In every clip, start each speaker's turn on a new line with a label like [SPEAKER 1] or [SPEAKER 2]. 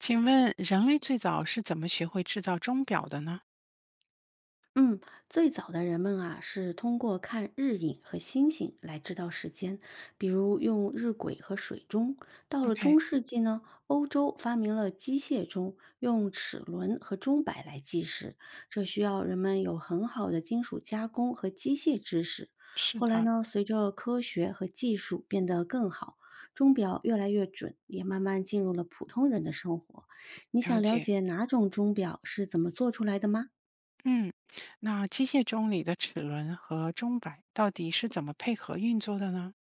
[SPEAKER 1] 请问人类最早是怎么学会制造钟表的呢
[SPEAKER 2] 嗯，最早的人们啊，是通过看日影和星星来知道时间，比如用日晷和水钟。到了
[SPEAKER 1] ？OK，
[SPEAKER 2] 中世纪呢，欧洲发明了机械钟，用齿轮和钟摆来计时，这需要人们有很好的金属加工和机械知识。
[SPEAKER 1] 是
[SPEAKER 2] 后来
[SPEAKER 1] 的，
[SPEAKER 2] 呢，随着科学和技术变得更好，钟表越来越准，也慢慢进入了普通人的生活。你想
[SPEAKER 1] 了
[SPEAKER 2] 了
[SPEAKER 1] 解。
[SPEAKER 2] 解哪种钟表是怎么做出来的吗？
[SPEAKER 1] 嗯，那机械钟里的齿轮和钟摆到底是怎么配合运作的呢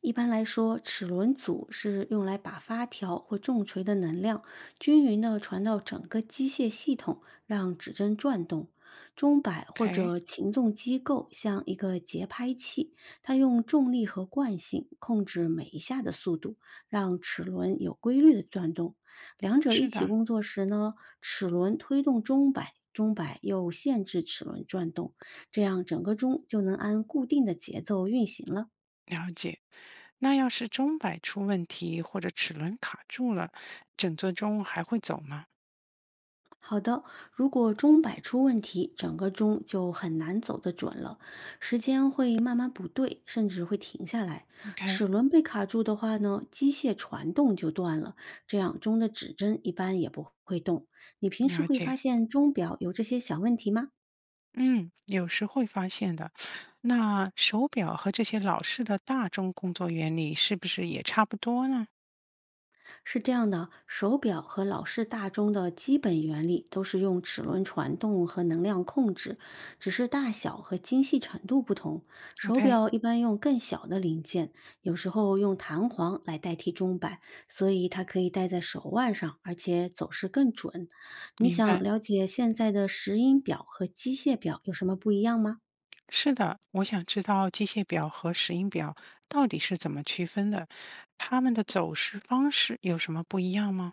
[SPEAKER 2] 一般来说，齿轮组是用来把发条或重锤的能量均匀地传到整个机械系统，让指针转动。钟摆或
[SPEAKER 1] ？OK，
[SPEAKER 2] 者擒纵机构像一个节拍器，它用重力和惯性控制每一下的速度，让齿轮有规律的转动。两者一
[SPEAKER 1] 是
[SPEAKER 2] 起
[SPEAKER 1] 的，
[SPEAKER 2] 工作时呢，齿轮推动钟摆，钟摆又限制齿轮转动，这样整个钟就能按固定的节奏运行了。
[SPEAKER 1] 了解。那要是钟摆出问题或者齿轮卡住了，整座钟还会走吗
[SPEAKER 2] 好的，如果钟摆出问题，整个钟就很难走得准了，时间会慢慢不对，甚至会停下来。齿
[SPEAKER 1] ？OK，
[SPEAKER 2] 轮被卡住的话呢，机械传动就断了，这样钟的指针一般也不会动。你平时
[SPEAKER 1] 了
[SPEAKER 2] 会发
[SPEAKER 1] 解。
[SPEAKER 2] 现钟表有这些小问题吗？
[SPEAKER 1] 嗯，有时会发现的。那手表和这些老式的大钟工作原理是不是也差不多呢
[SPEAKER 2] 是这样的，手表和老式大钟的基本原理都是用齿轮传动和能量控制，只是大小和精细程度不同。手
[SPEAKER 1] ？OK，
[SPEAKER 2] 表一般用更小的零件，有时候用弹簧来代替钟摆，所以它可以戴在手腕上，而且走势更准。你
[SPEAKER 1] 明
[SPEAKER 2] 想
[SPEAKER 1] 白。
[SPEAKER 2] 了解现在的石英表和机械表有什么不一样吗？
[SPEAKER 1] 是的，我想知道机械表和石英表到底是怎么区分的，它们的走势方式有什么不一样吗？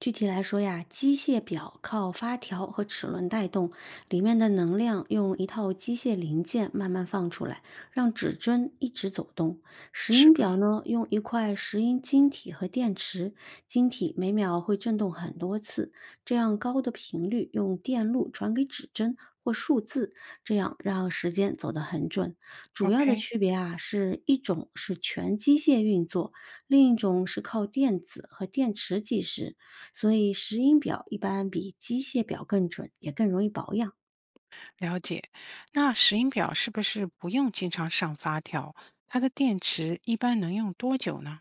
[SPEAKER 2] 具体来说呀，机械表靠发条和齿轮带动，里面的能量用一套机械零件慢慢放出来，让指针一直走动。石
[SPEAKER 1] 是
[SPEAKER 2] 英表
[SPEAKER 1] 吧
[SPEAKER 2] 呢，用一块石英晶体和电池，晶体每秒会振动很多次，这样高的频率用电路传给指针。或数字，这样让时间走得很准。主要的
[SPEAKER 1] ？OK，
[SPEAKER 2] 区别啊，是一种是全机械运作，另一种是靠电子和电池计时。所以石英表一般比机械表更准，也更容易保养。
[SPEAKER 1] 了解。那石英表是不是不用经常上发条？它的电池一般能用多久呢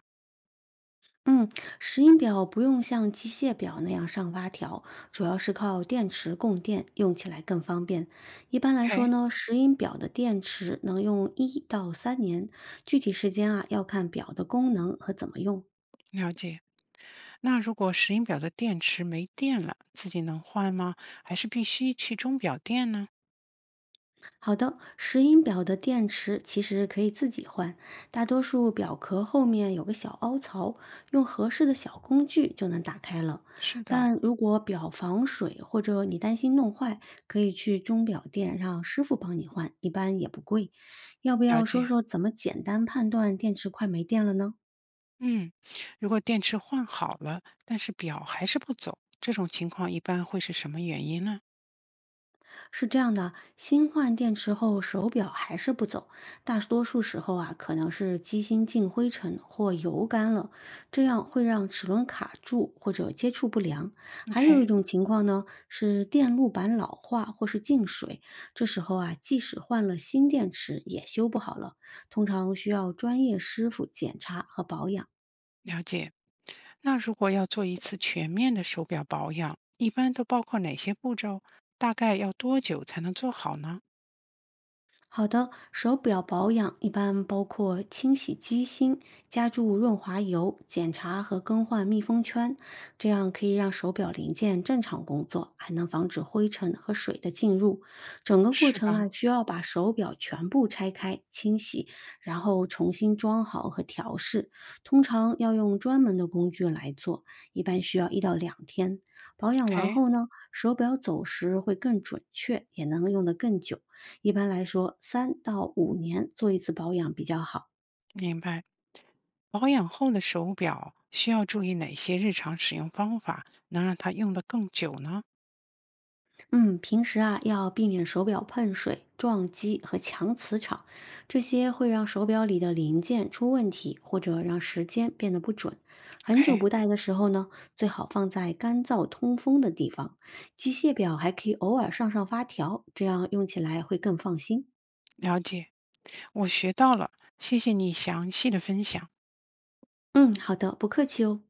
[SPEAKER 2] 嗯，石英表不用像机械表那样上发条，主要是靠电池供电，用起来更方便。一般来说
[SPEAKER 1] ？OK，
[SPEAKER 2] 呢，石英表的电池能用1到3年，具体时间啊要看表的功能和怎么用。
[SPEAKER 1] 了解。那如果石英表的电池没电了，自己能换吗？还是必须去钟表店呢？
[SPEAKER 2] 好的，石英表的电池其实可以自己换，大多数表壳后面有个小凹槽，用合适的小工具就能打开了。
[SPEAKER 1] 是的，
[SPEAKER 2] 但如果表防水或者你担心弄坏，可以去钟表店让师傅帮你换，一般也不贵。要不
[SPEAKER 1] 了
[SPEAKER 2] 要说
[SPEAKER 1] 解。
[SPEAKER 2] 说怎么简单判断电池快没电了呢？
[SPEAKER 1] 嗯，如果电池换好了，但是表还是不走，这种情况一般会是什么原因呢
[SPEAKER 2] 是这样的，新换电池后手表还是不走，大多数时候啊，可能是机芯进灰尘或油干了，这样会让齿轮卡住或者接触不良。还有
[SPEAKER 1] ？OK，
[SPEAKER 2] 一种情况呢，是电路板老化或是进水，这时候啊，即使换了新电池也修不好了，通常需要专业师傅检查和保养。
[SPEAKER 1] 了解。那如果要做一次全面的手表保养，一般都包括哪些步骤？大概要多久才能做好呢？
[SPEAKER 2] 好的，手表保养一般包括清洗机芯、加注润滑油、检查和更换密封圈，这样可以让手表零件正常工作，还能防止灰尘和水的进入。整个过
[SPEAKER 1] 是
[SPEAKER 2] 程
[SPEAKER 1] 吧
[SPEAKER 2] 啊，需要把手表全部拆开、清洗，然后重新装好和调试。通常要用专门的工具来做，一般需要1到2天。保养完
[SPEAKER 1] ？OK，
[SPEAKER 2] 后呢，手表走时会更准确，也能用得更久。一般来说，3到5年做一次保养比较好。
[SPEAKER 1] 明白。保养后的手表需要注意哪些日常使用方法，能让它用得更久呢
[SPEAKER 2] 嗯，平时啊要避免手表碰水、撞击和强磁场，这些会让手表里的零件出问题，或者让时间变得不准。很久
[SPEAKER 1] ？OK，
[SPEAKER 2] 不戴的时候呢，最好放在干燥通风的地方。机械表还可以偶尔上上发条，这样用起来会更放心。
[SPEAKER 1] 了解，我学到了，谢谢你详细的分享。
[SPEAKER 2] 嗯，好的，不客气哦。